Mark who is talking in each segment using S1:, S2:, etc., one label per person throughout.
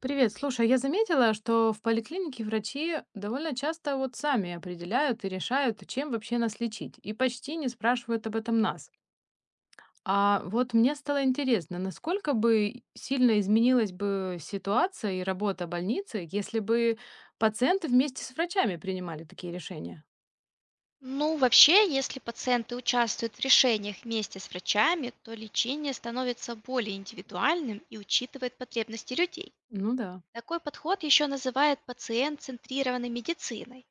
S1: Привет, слушай, я заметила, что в поликлинике врачи довольно часто вот сами определяют и решают, чем вообще нас лечить, и почти не спрашивают об этом нас. А вот мне стало интересно, насколько бы сильно изменилась бы ситуация и работа больницы, если бы пациенты вместе с врачами принимали такие решения?
S2: Ну, вообще, если пациенты участвуют в решениях вместе с врачами, то лечение становится более индивидуальным и учитывает потребности людей.
S1: Ну да.
S2: Такой подход еще называют пациент-центрированной медициной,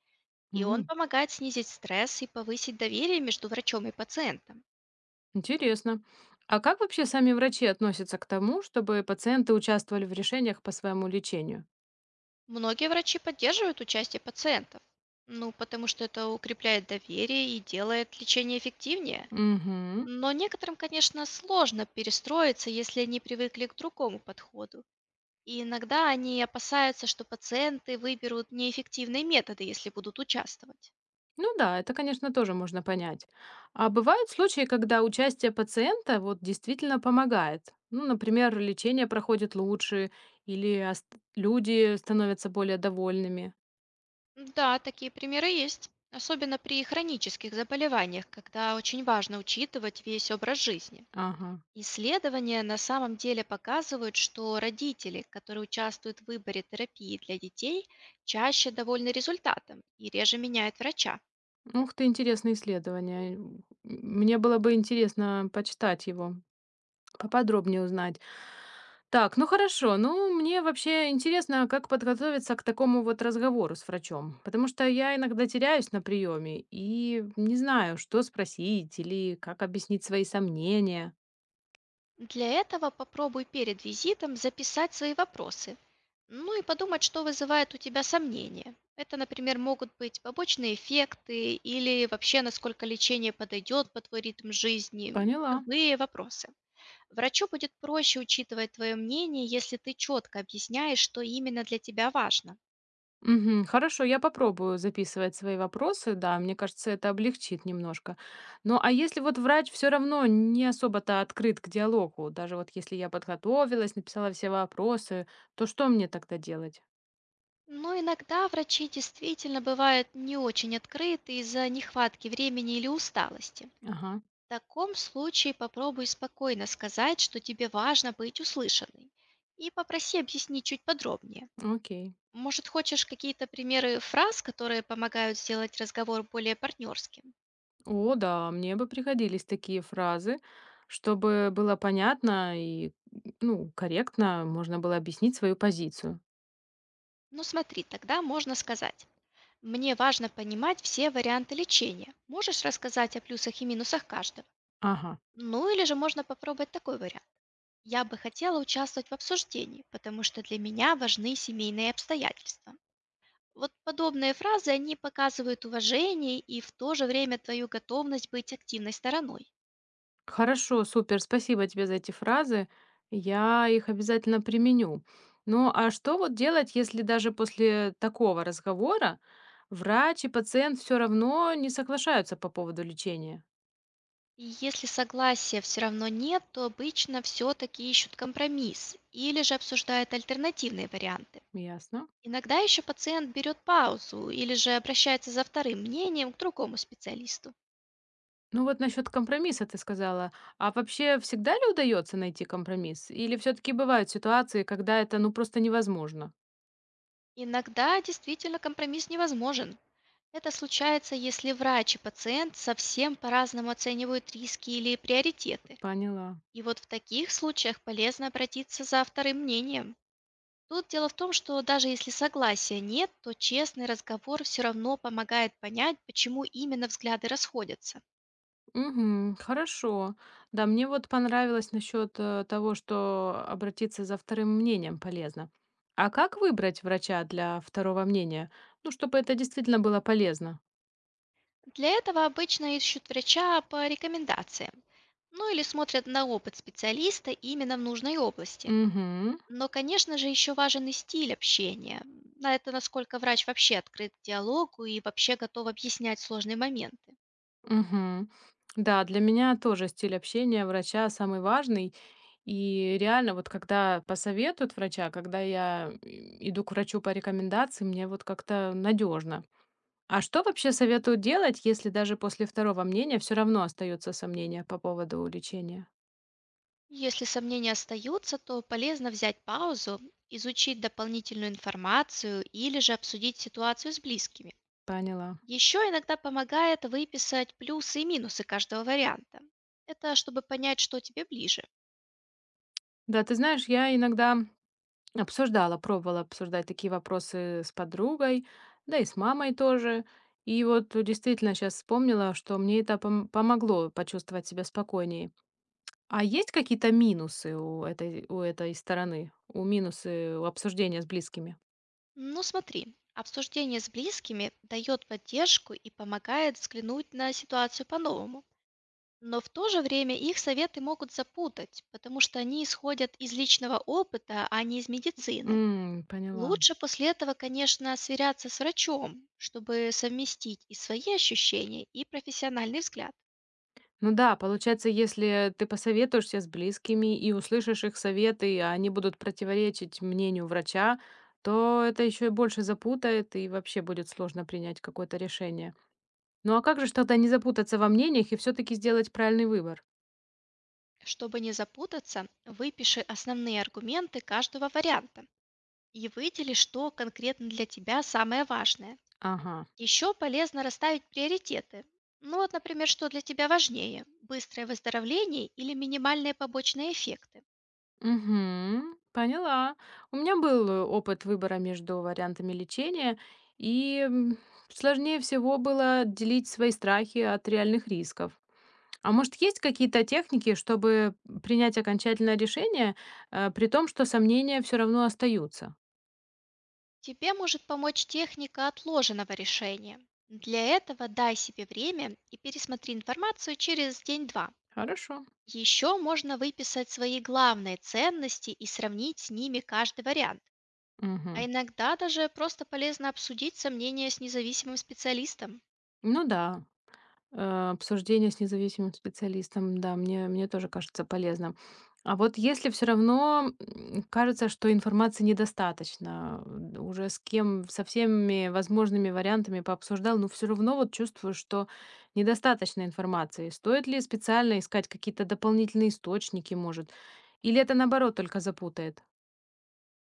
S2: и он
S1: М,
S2: помогает снизить стресс и повысить доверие между врачом и пациентом.
S1: Интересно. А как вообще сами врачи относятся к тому, чтобы пациенты участвовали в решениях по своему лечению?
S2: Многие врачи поддерживают участие пациентов, ну, потому что это укрепляет доверие и делает лечение эффективнее.
S1: Угу.
S2: Но некоторым, конечно, сложно перестроиться, если они привыкли к другому подходу. И иногда они опасаются, что пациенты выберут неэффективные методы, если будут участвовать.
S1: Ну да, это, конечно, тоже можно понять. А бывают случаи, когда участие пациента вот действительно помогает. Ну, например, лечение проходит лучше, или люди становятся более довольными.
S2: Да, такие примеры есть, особенно при хронических заболеваниях, когда очень важно учитывать весь образ жизни.
S1: Ага.
S2: Исследования на самом деле показывают, что родители, которые участвуют в выборе терапии для детей, чаще довольны результатом и реже меняют врача.
S1: Ух ты, интересное исследование. Мне было бы интересно почитать его, поподробнее узнать. Так, ну хорошо. Ну, мне вообще интересно, как подготовиться к такому вот разговору с врачом, потому что я иногда теряюсь на приеме и не знаю, что спросить или как объяснить свои сомнения.
S2: Для этого попробуй перед визитом записать свои вопросы, ну и подумать, что вызывает у тебя сомнения. Это, например, могут быть побочные эффекты или вообще, насколько лечение подойдет под твой ритм жизни,
S1: Поняла.
S2: любые вопросы. Врачу будет проще учитывать твое мнение, если ты четко объясняешь, что именно для тебя важно.
S1: Мгм. Хорошо, я попробую записывать свои вопросы. Да, мне кажется, это облегчит немножко. Ну, а если вот врач все равно не особо-то открыт к диалогу, даже вот если я подготовилась, написала все вопросы, то что мне тогда делать?
S2: Но иногда врачи действительно бывают не очень открыты из-за нехватки времени или усталости.
S1: Ага,
S2: В таком случае попробуй спокойно сказать, что тебе важно быть услышанной, и попроси объяснить чуть подробнее.
S1: окей.
S2: Может, хочешь какие-то примеры фраз, которые помогают сделать разговор более партнерским?
S1: О да, мне бы пригодились такие фразы, чтобы было понятно и, ну, корректно можно было объяснить свою позицию.
S2: Ну смотри, тогда можно сказать. Мне важно понимать все варианты лечения. Можешь рассказать о плюсах и минусах каждого?
S1: Ага.
S2: Ну или же можно попробовать такой вариант. Я бы хотела участвовать в обсуждении, потому что для меня важны семейные обстоятельства. Вот подобные фразы, они показывают уважение и в то же время твою готовность быть активной стороной.
S1: Хорошо, супер. Спасибо тебе за эти фразы. Я их обязательно применю. Ну, а что вот делать, если даже после такого разговора врач и пациент все равно не соглашаются по поводу лечения?
S2: И если согласия все равно нет, то обычно все-таки ищут компромисс или же обсуждают альтернативные варианты.
S1: Ясно.
S2: Иногда еще пациент берет паузу или же обращается за вторым мнением к другому специалисту.
S1: Ну вот насчет компромисса ты сказала. А вообще всегда ли удается найти компромисс? Или все-таки бывают ситуации, когда это ну просто невозможно?
S2: Иногда действительно компромисс невозможен. Это случается, если врач и пациент совсем по-разному оценивают риски или приоритеты.
S1: Поняла.
S2: И вот в таких случаях полезно обратиться за вторым мнением. Тут дело в том, что даже если согласия нет, то честный разговор все равно помогает понять, почему именно взгляды расходятся.
S1: Угу, хорошо. Да, мне вот понравилось насчет того, что обратиться за вторым мнением полезно. А как выбрать врача для второго мнения? Ну, чтобы это действительно было полезно.
S2: Для этого обычно ищут врача по рекомендациям, ну или смотрят на опыт специалиста именно в нужной области.
S1: Угу,
S2: Но, конечно же, еще важен и стиль общения. На это насколько врач вообще открыт к диалогу и вообще готов объяснять сложные моменты.
S1: угу. Да, для меня тоже стиль общения врача самый важный. И реально, вот когда посоветуют врача, когда я и иду к врачу по рекомендации, мне вот как-то надежно. А что вообще советуют делать, если даже после второго мнения все равно остается сомнение по поводу лечения?
S2: Если сомнения остаются, то полезно взять паузу, изучить дополнительную информацию или же обсудить ситуацию с близкими.
S1: Поняла.
S2: Еще иногда помогает выписать плюсы и минусы каждого варианта. Это чтобы понять, что тебе ближе.
S1: Да, ты знаешь, я иногда обсуждала, пробовала обсуждать такие вопросы с подругой, да и с мамой тоже. И вот действительно сейчас вспомнила, что мне это помогло почувствовать себя спокойнее. А есть какие-то минусы у этой стороны? У минусы у обсуждения с близкими?
S2: Ну смотри, обсуждение с близкими дает поддержку и помогает взглянуть на ситуацию по-новому. Но в то же время их советы могут запутать, потому что они исходят из личного опыта, а не из медицины.
S1: М, поняла.
S2: Лучше после этого, конечно, сверяться с врачом, чтобы совместить и свои ощущения, и профессиональный взгляд.
S1: Ну да, получается, если ты посоветуешься с близкими и услышишь их советы, а они будут противоречить мнению врача, то это еще и больше запутает, и вообще будет сложно принять какое-то решение. Ну а как же ж тогда не запутаться во мнениях и все-таки сделать правильный выбор?
S2: Чтобы не запутаться, выпиши основные аргументы каждого варианта и выдели, что конкретно для тебя самое важное.
S1: Ага.
S2: Еще полезно расставить приоритеты. Ну вот, например, что для тебя важнее– быстрое выздоровление или минимальные побочные эффекты.
S1: Мгм. Поняла. У меня был опыт выбора между вариантами лечения, и сложнее всего было отделить свои страхи от реальных рисков. А может, есть какие-то техники, чтобы принять окончательное решение, при том, что сомнения все равно остаются?
S2: Тебе может помочь техника отложенного решения. Для этого дай себе время и пересмотри информацию через день-два.
S1: Хорошо.
S2: Еще можно выписать свои главные ценности и сравнить с ними каждый вариант. А
S1: Мгм.
S2: иногда даже просто полезно обсудить сомнения с независимым специалистом.
S1: Ну да. Обсуждение с независимым специалистом, да, мне тоже кажется полезным. А вот если все равно, кажется, что информации недостаточно, уже с кем со всеми возможными вариантами пообсуждал, но все равно вот чувствую, что недостаточно информации. Стоит ли специально искать какие-то дополнительные источники, может? Или это, наоборот, только запутает?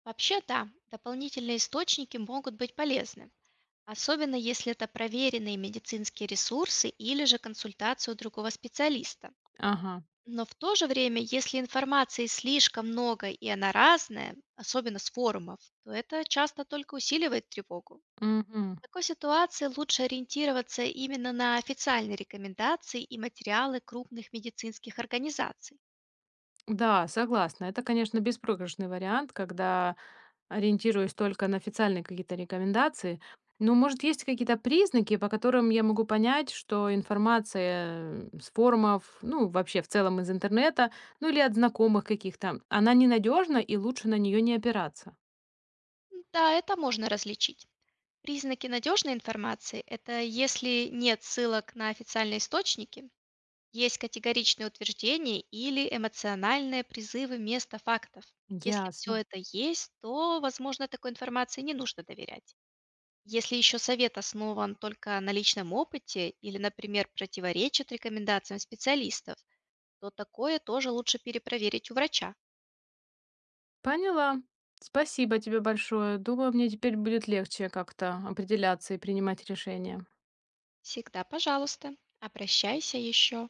S2: Вообще, да, дополнительные источники могут быть полезны, особенно если это проверенные медицинские ресурсы или же консультацию другого специалиста.
S1: Ага.
S2: Но в то же время, если информации слишком много и она разная, особенно с форумов, то это часто только усиливает тревогу.
S1: Мгм.
S2: В такой ситуации лучше ориентироваться именно на официальные рекомендации и материалы крупных медицинских организаций.
S1: Да, согласна. Это, конечно, беспроигрышный вариант, когда ориентируюсь только на официальные какие-то рекомендации. Но, может, есть какие-то признаки, по которым я могу понять, что информация с форумов, ну, вообще в целом из интернета, ну или от знакомых каких-то, она ненадежна и лучше на нее не опираться.
S2: Да, это можно различить. Признаки надежной информации– это если нет ссылок на официальные источники, есть категоричные утверждения или эмоциональные призывы вместо фактов. Если все
S1: Ясно.
S2: это есть, то, возможно, такой информации не нужно доверять. Если еще совет основан только на личном опыте или, например, противоречит рекомендациям специалистов, то такое тоже лучше перепроверить у врача.
S1: Поняла. Спасибо тебе большое. Думаю, мне теперь будет легче как-то определяться и принимать решения.
S2: Всегда, пожалуйста, обращайся еще.